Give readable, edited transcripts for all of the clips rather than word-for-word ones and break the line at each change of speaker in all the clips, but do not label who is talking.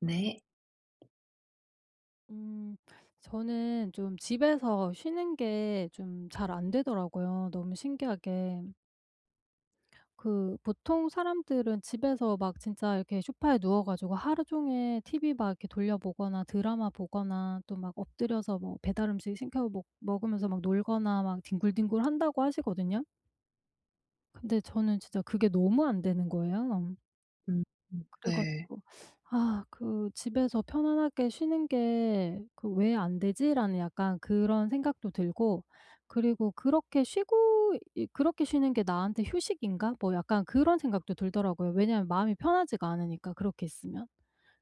네.
음. 저는 좀 집에서 쉬는 게 좀 잘 안 되더라고요, 너무 신기하게. 그 보통 사람들은 집에서 막 진짜 이렇게 소파에 누워 가지고 하루 종일 TV 막 이렇게 돌려 보거나 드라마 보거나 또 막 엎드려서 뭐 배달 음식 시켜 먹 먹으면서 막 놀거나 막 뒹굴뒹굴 한다고 하시거든요. 근데 저는 진짜 그게 너무 안 되는 거예요.
음,
그래
네.
가지고 '아 그 집에서 편안하게 쉬는 게 그 왜 안 되지?'라는 약간 그런 생각도 들고. 그리고 '그렇게 쉬고 이 그렇게 쉬는 게 나한테 휴식인가?' 뭐 약간 그런 생각도 들더라고요. 왜냐하면 마음이 편하지가 않으니까 그렇게 있으면.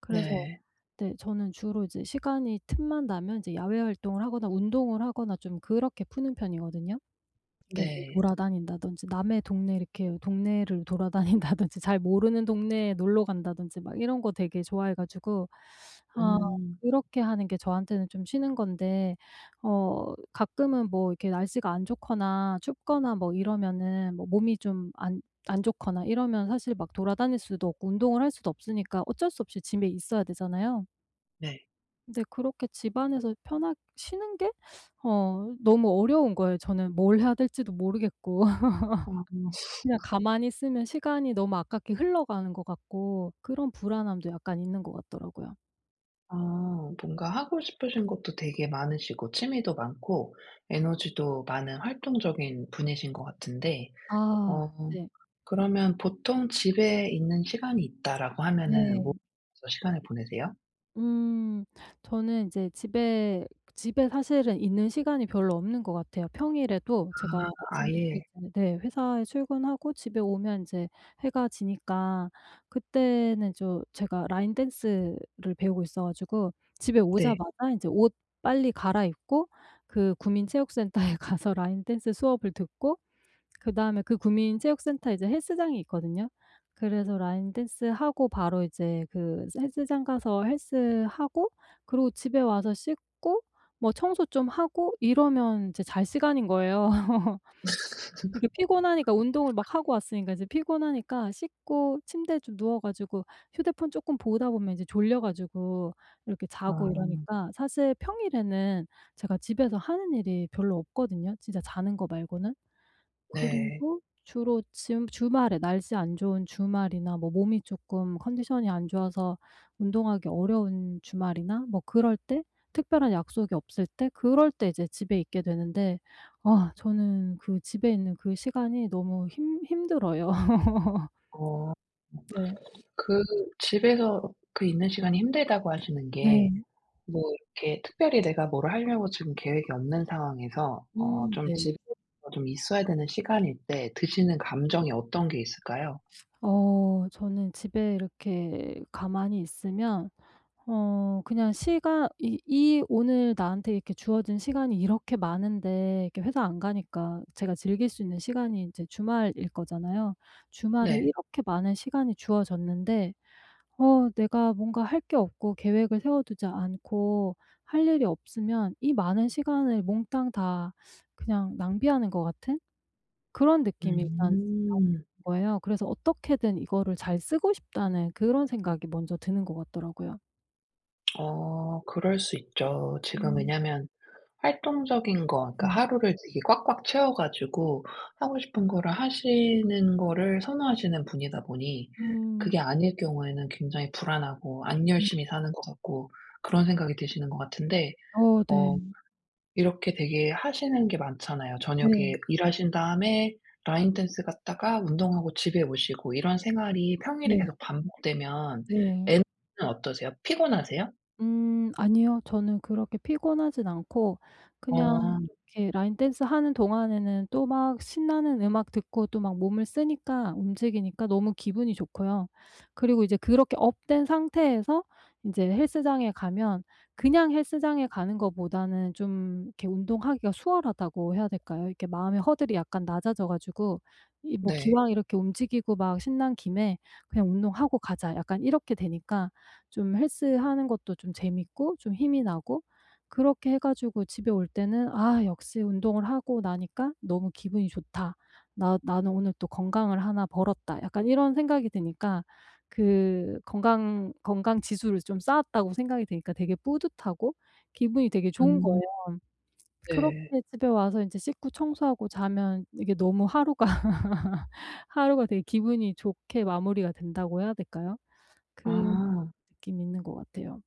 그래서
네.
네, 저는 주로 이제 시간이 틈만 나면 이제 야외 활동을 하거나 운동을 하거나 좀 그렇게 푸는 편이거든요. 이렇게
네.
돌아다닌다든지 남의 동네 이렇게 동네를 돌아다닌다든지 잘 모르는 동네에 놀러 간다든지 막 이런 거 되게 좋아해 가지고. 아
음,
그렇게 하는 게 저한테는 좀 쉬는 건데 어 가끔은 뭐 이렇게 날씨가 안 좋거나 춥거나 뭐 이러면은 뭐 몸이 좀 안 좋거나 이러면 사실 막 돌아다닐 수도 없고 운동을 할 수도 없으니까 어쩔 수 없이 집에 있어야 되잖아요.
네.
근데 그렇게 집 안에서 편하게 쉬는 게 어 너무 어려운 거예요. 저는 뭘 해야 될지도 모르겠고.
아.
그냥 가만히 있으면 시간이 너무 아깝게 흘러가는 것 같고, 그런 불안함도 약간 있는 것 같더라고요.
아, 뭔가 하고 싶으신 것도 되게 많으시고 취미도 많고 에너지도 많은 활동적인 분이신 것 같은데,
아.
어
네.
그러면 보통 집에 있는 시간이 있다라고 하면은
네.
뭐하서 시간을 보내세요?
음. 저는 이제 집에 사실은 있는 시간이 별로 없는 것 같아요. 평일에도 제가
아,
아침 일찍
아예.
네 회사에 출근하고 집에 오면 이제 해가 지니까, 그때는 제가 라인 댄스를 배우고 있어 가지고 집에
네.
오자마자 이제 옷 빨리 갈아입고 그 구민체육센터에 가서 라인 댄스 수업을 듣고, 그다음에 그 구민 체육센터에 이제 헬스장이 있거든요. 그래서 라인 댄스 하고 바로 이제 그 헬스장 가서 헬스하고 그리고 집에 와서 씻고 뭐 청소 좀 하고 이러면 이제 잘 시간인 거예요. 이게 피곤하니까, 운동을 막 하고 왔으니까 이제 피곤하니까 씻고 침대에 좀 누워 가지고 휴대폰 조금 보다 보면 이제 졸려 가지고 이렇게
아,
자고, 이러니까 사실 평일에는 제가 집에서 하는 일이 별로 없거든요, 진짜 자는 거 말고는.
네.
그리고 주로 지금 주말에 날씨 안 좋은 주말이나 뭐 몸이 쪼끔 컨디션이 안 좋아서 운동하기 어려운 주말이나 뭐 그럴 때, 특별한 약속이 없을 때 그럴 때 이제 집에 있게 되는데, 아 저는 그 집에 있는 그 시간이 너무 힘 힘들어요.
어
네.
그 집에서 그 있는 시간이 힘들다고 하시는
네.
게 뭐 이렇게 특별히 내가 뭐를 하려고 지금 계획이 없는 상황에서 좀
네.
집에서 좀 있어야 되는 시간일 때 드시는 감정이 어떤 게 있을까요?
어 저는 집에 이렇게 가만히 있으면 어 그냥 시간 이 오늘 나한테 이렇게 주어진 시간이 이렇게 많은데, 이렇게 회사 안 가니까 제가 즐길 수 있는 시간이 이제 주말일 거잖아요. 주말에
네.
이렇게 많은 시간이 주어졌는데 어 내가 뭔가 할 게 없고 계획을 세워 두지 않고 할 일이 없으면 이 많은 시간을 몽땅 다 그냥 낭비하는 것 같은 그런 느낌이 일단
음.
거예요. 그래서 '어떻게든 이거를 잘 쓰고 싶다.'는 그런 생각이 먼저 드는 것 같더라고요.
그럴 수 있죠. 지금
음.
왜냐면 활동적인 거, 그러니까
네.
하루를 되게 꽉꽉 채워 가지고 하고 싶은 거를 하시는 거를 선호하시는 분이다 보니,
음.
그게 아닐 경우에는 굉장히 불안하고 안
음.
열심히 사는 것 같고 그런 생각이 드시는 것 같은데,
어 네.
어 이렇게 되게 하시는 게 많잖아요.
네.
저녁에 일하신 다음에 라인 댄스 갔다가 운동하고 집에 오시고, 이런 생활이 평일에
네.
계속 반복되면
네.
에너지는 어떠세요? 피곤하세요?
아니요. 저는 그렇게 피곤하진 않고 그냥,
어,
이렇게 라인 댄스 하는 동안에는 또 막 신나는 음악 듣고 또 막 몸을 쓰니까, 움직이니까 너무 기분이 좋고요. 그리고 이제 그렇게 업된 상태에서 인제 헬스장에 가면, 그냥 헬스장에 가는 것보다는 좀 이렇게 운동하기가 수월하다고 해야 될까요? 이렇게 마음의 허들이 약간 낮아져 가지고 이 뭐
네.
기왕 이렇게 움직이고 막 신난 김에 '그냥 운동하고 가자.' 약간 이렇게 되니까 좀 헬스하는 것도 좀 재밌고 좀 힘이 나고. 그렇게 해 가지고 집에 올 때는 '아 역시 운동을 하고 나니까 너무 기분이 좋다. 나 나는 오늘 또 건강을 하나 벌었다.' 약간 이런 생각이 드니까, 그 건강 지수를 좀 쌓았다고 생각이 드니까 되게 뿌듯하고 기분이 되게 좋은
음,
거예요.
네.
그렇게 집에 와서 인제 씻고 청소하고 자면 이게 너무 하루가 하루가 되게 기분이 좋게 마무리가 된다고 해야 될까요? 그
아.
느낌이 있는 것 같아요.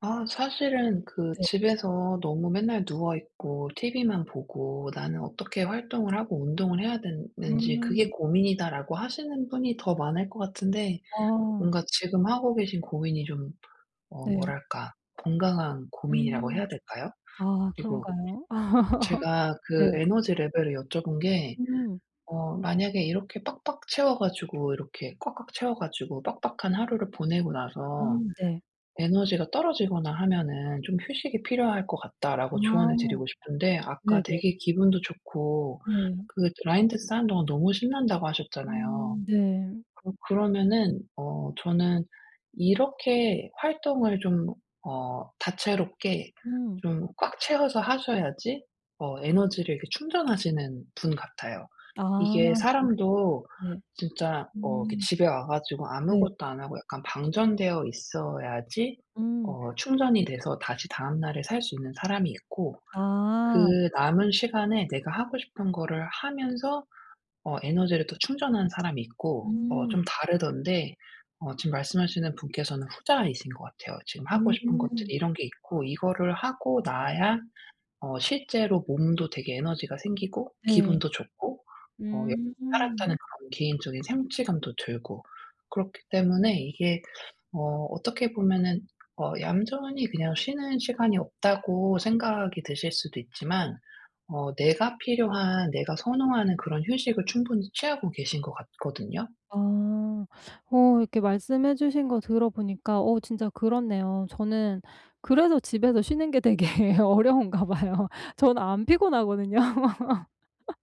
아, 사실은 그
네.
집에서 너무 맨날 누워 있고 TV만 보고 '나는 어떻게 활동을 하고 운동을 해야 되는지, 그게
음.
고민이다.'라고 하시는 분이 더 많을 것 같은데,
아
뭔가 지금 하고 계신 고민이 좀,
네.
뭐랄까, 건강한 고민이라고
음.
해야 될까요?
아
그리고
그런가요?
제가
네.
그 에너지 레벨을 여쭤본 게,
음.
만약에 이렇게 빡빡 채워 가지고, 이렇게 꽉꽉 채워 가지고 빡빡한 하루를 보내고 나서
네.
에너지가 떨어지거나 하면은 "좀 휴식이 필요할 것 같다."라고 조언을
아
드리고 싶은데, 아까
네네.
되게 기분도 좋고
네.
그 라인 댄스 하는 동안 너무 신난다고 하셨잖아요.
네.
그러면은 저는 이렇게 활동을 좀, 다채롭게
음.
좀 꽉 채워서 하셔야지 에너지를 이렇게 충전하시는 분 같아요.
아
이게
음
사람도
네.
진짜 이렇게
음
집에 와 가지고
네.
아무것도 안 하고 약간 방전되어 있어야지
음.
충전이 돼서 다시 다음 날에 살 수 있는 사람이 있고,
아.
그 남은 시간에 내가 하고 싶은 거를 하면서 에너지를 또 충전하는 사람이 있고, 좀
음.
다르던데, 지금 말씀하시는 분께서는 후자이신 것 같아요. 지금 하고 싶은 것들
음.
이런 게 있고, 이거를 하고 나야 실제로 몸도 되게 에너지가 생기고
네.
기분도 좋고, 열심히
음.
살았다는 그런 개인적인 성취감도 들고, 그렇기 때문에 이게 어떻게 보면은 얌전히 그냥 쉬는 시간이 없다고 생각이 드실 수도 있지만, 내가 필요한, 내가 선호하는 그런 휴식을 충분히 취하고 계신 것 같거든요.
아. 어 이렇게 말씀해 주신 거 들어보니까 어 진짜 그렇네요. 저는 그래서 집에서 쉬는 게 되게 어려운가 봐요. 저는 안 피곤하거든요.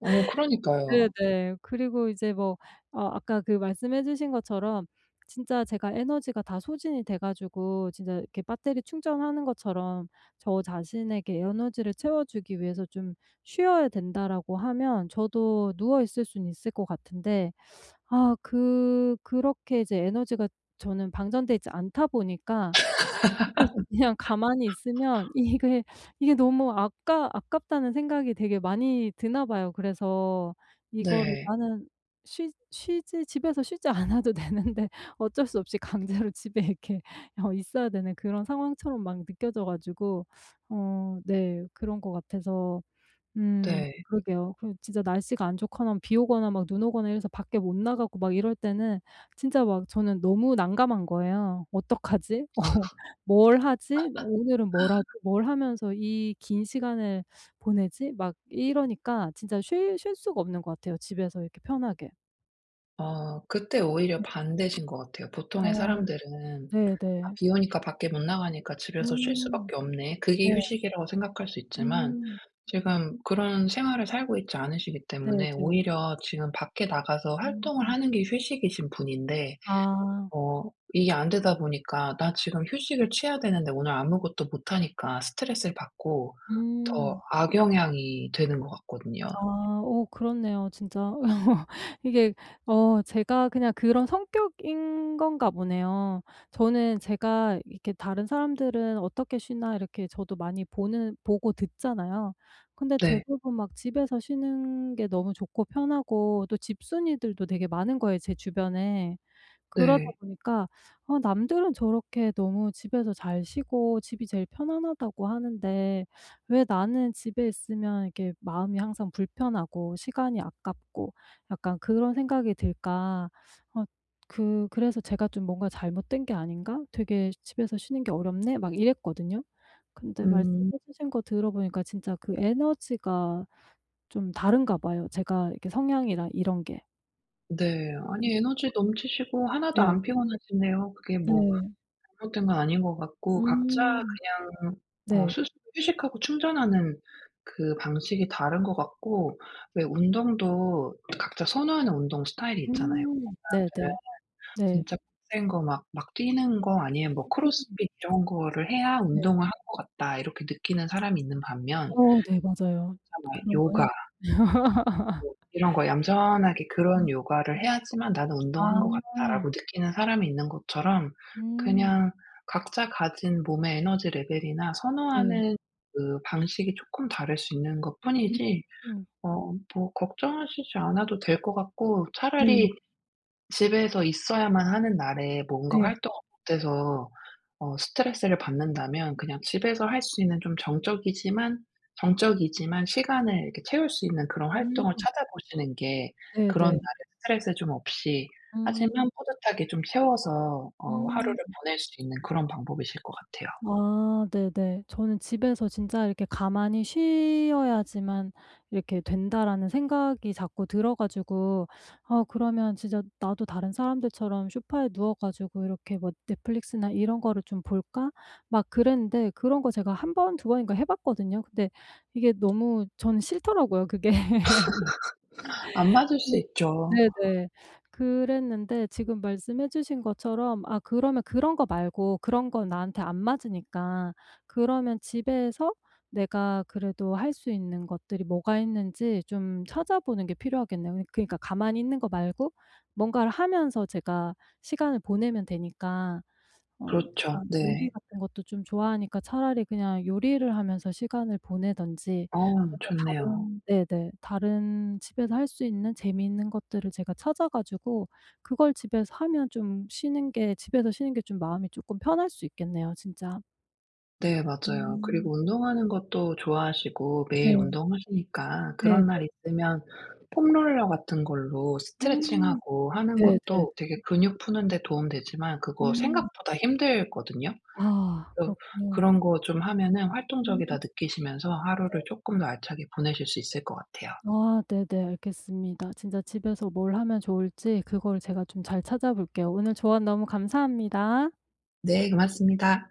어, 그러니까요.
네네. 그리고 이제 뭐 어 아까 그 말씀해 주신 것처럼 진짜 제가 에너지가 다 소진이 돼 가지고 진짜 이렇게 배터리 충전하는 것처럼 저 자신에게 에너지를 채워주기 위해서 좀 쉬어야 된다라고 하면 저도 누워 있을 수는 있을 것 같은데, 아 그 그렇게 이제 에너지가 저는 방전돼 있지 않다 보니까 집에서 그냥 가만히 있으면 이게 너무 아까 아깝다는 생각이 되게 많이 드나 봐요. 그래서 이거를
네.
'나는 쉬 쉬지 집에서 쉬지 않아도 되는데 어쩔 수 없이 강제로 집에 이렇게 어 있어야 되는 그런 상황처럼' 막 느껴져 가지고 어 네 그런 것 같아서.
네.
그러게요. 그리고 진짜 날씨가 안 좋거나 비 오거나 막 눈 오거나 이래서 밖에 못 나가고 막 이럴 때는 진짜 막 저는 너무 난감한 거예요. '어떡하지? 어 뭘 하지? 오늘은 뭘 하고 뭘 하면서 이 긴 시간을 보내지?' 막 이러니까 진짜 쉴 수가 없는 것 같아요, 집에서 이렇게 편하게.
그때 오히려
네.
반대신 것 같아요. 보통의
어
사람들은 '아,
네네.
비 오니까 밖에 못 나가니까 집에서 쉴
음.
수밖에 없네.' 그게
네.
휴식이라고 생각할 수 있지만,
음.
지금 그런 생활을 살고 있지 않으시기
네네.
때문에 오히려 지금 밖에 나가서 활동을
음.
하는 게 휴식이신 분인데,
아.
어 이게 안 되다 보니까, '나 지금 휴식을 취해야 되는데 오늘 아무것도 못 하니까 스트레스를 받고 더
음.
악영향이 되는 것 같거든요.'
아 오, 그렇네요 진짜. 이게 어 제가 그냥 그런 성격인 건가 보네요. 저는 제가 이렇게 다른 사람들은 어떻게 쉬나 이렇게 저도 많이 보는 보고 듣잖아요. 근데
네.
대부분 막 집에서 쉬는 게 너무 좋고 편하고 또 집순이들도 되게 많은 거예요, 제 주변에. 그러다
네.
보니까 어 남들은 저렇게 너무 집에서 잘 쉬고 집이 제일 편안하다고 하는데 왜 나는 집에 있으면 이렇게 마음이 항상 불편하고 시간이 아깝고 약간 그런 생각이 들까. 어 그래서 제가 좀 '뭔가 잘못된 게 아닌가? 되게 집에서 쉬는 게 어렵네.' 막 이랬거든요. 근데
음.
말씀해 주신 거 들어보니까 진짜 그 에너지가 좀 다른가 봐요. 제가 이렇게 성향이랑 이런 게.
네. 아니, 에너지 넘치시고 하나도
네.
안 피곤하시네요. 그게 뭐
네.
잘못된 건 아닌 것 같고, 각자
음.
그냥
네.
스스로 휴식하고 충전하는 그 방식이 다른 것 같고, 왜 운동도 각자 선호하는 운동 스타일이 있잖아요.
음. 네네.
그들은
네.
진짜 빡센 거, 막 뛰는 거 아니면 뭐 크로스핏 이런 거를 해야
네.
운동을 한 것 같다 이렇게 느끼는 사람이 있는 반면,
어 네 맞아요.
정말
그런 거요?
요가 이런 거 얌전하게
음.
그런
음.
요가를 해야지만 '나는
아.
운동한 것 같다.'라고 느끼는 사람이 있는 것처럼,
음.
그냥 각자 가진 몸의 에너지 레벨이나
네.
선호하는 그 방식이 쪼끔 다를 수 있는 것뿐이지,
음.
뭐 걱정하시지 않아도 될 것 같고,
네.
차라리 집에서 있어야만 하는 날에 뭔가
네.
활동을 못해서 스트레스를 받는다면, 그냥 집에서 할 수 있는 좀 정적이지만, 시간을 이렇게 채울 수 있는 그런 활동을
음.
찾아보시는 게 그런
네네.
날에 스트레스 좀 없이, 하지만
음.
뿌듯하게 좀 채워서
음.
하루를 보낼 수 있는 그런 방법이실 것 같아요.
아 네네. 저는 집에서 진짜 이렇게 '가만히 쉬어야지만 이렇게 된다.'라는 생각이 자꾸 들어 가지고 아 그러면 진짜 '나도 다른 사람들처럼 소파에 누워 가지고 이렇게 뭐 넷플릭스나 이런 거를 좀 볼까?' 막 그랬는데, 그런 거 제가 한 번 두 번인가 해 봤거든요. 근데 이게 너무 저는 싫더라고요, 그게.
안 맞을 수 있죠.
네네. 그랬는데 지금 말씀해 주신 것처럼 아 그러면 그런 거 말고 그런 건 나한테 안 맞으니까 그러면 집에서 내가 그래도 할 수 있는 것들이 뭐가 있는지 좀 찾아보는 게 필요하겠네요. 그러니까 가만히 있는 거 말고 뭔가를 하면서 제가 시간을 보내면 되니까 어
그렇죠.
약간 요리
네.
같은 것도 좀 좋아하니까 차라리 그냥 요리를 하면서 시간을 보내든지,
어,
뭔가
좋네요.
다른 네네. 다른 집에서 할 수 있는 재미있는 것들을 제가 찾아 가지고 그걸 집에서 하면 좀 쉬는 게 집에서 쉬는 게 좀 마음이 쪼끔 편할 수 있겠네요 진짜.
네, 맞아요.
음.
그리고 운동하는 것도 좋아하시고
네.
매일 운동하시니까,
네네.
그런 날 있으면 폼롤러 같은 걸로
음.
스트레칭하고 하는
네네.
것도 되게 근육 푸는 데 도움 되지만 그거
음.
생각보다 힘들거든요.
아
그래서
그렇군요.
그런 거 좀 하면은
음.
활동적이다 느끼시면서 하루를 조금 더 알차게 보내실 수 있을 것 같아요.
아 네네. 알겠습니다. 진짜 집에서 뭘 하면 좋을지 그걸 제가 좀 잘 찾아볼게요. 오늘 조언 너무 감사합니다.
네, 고맙습니다.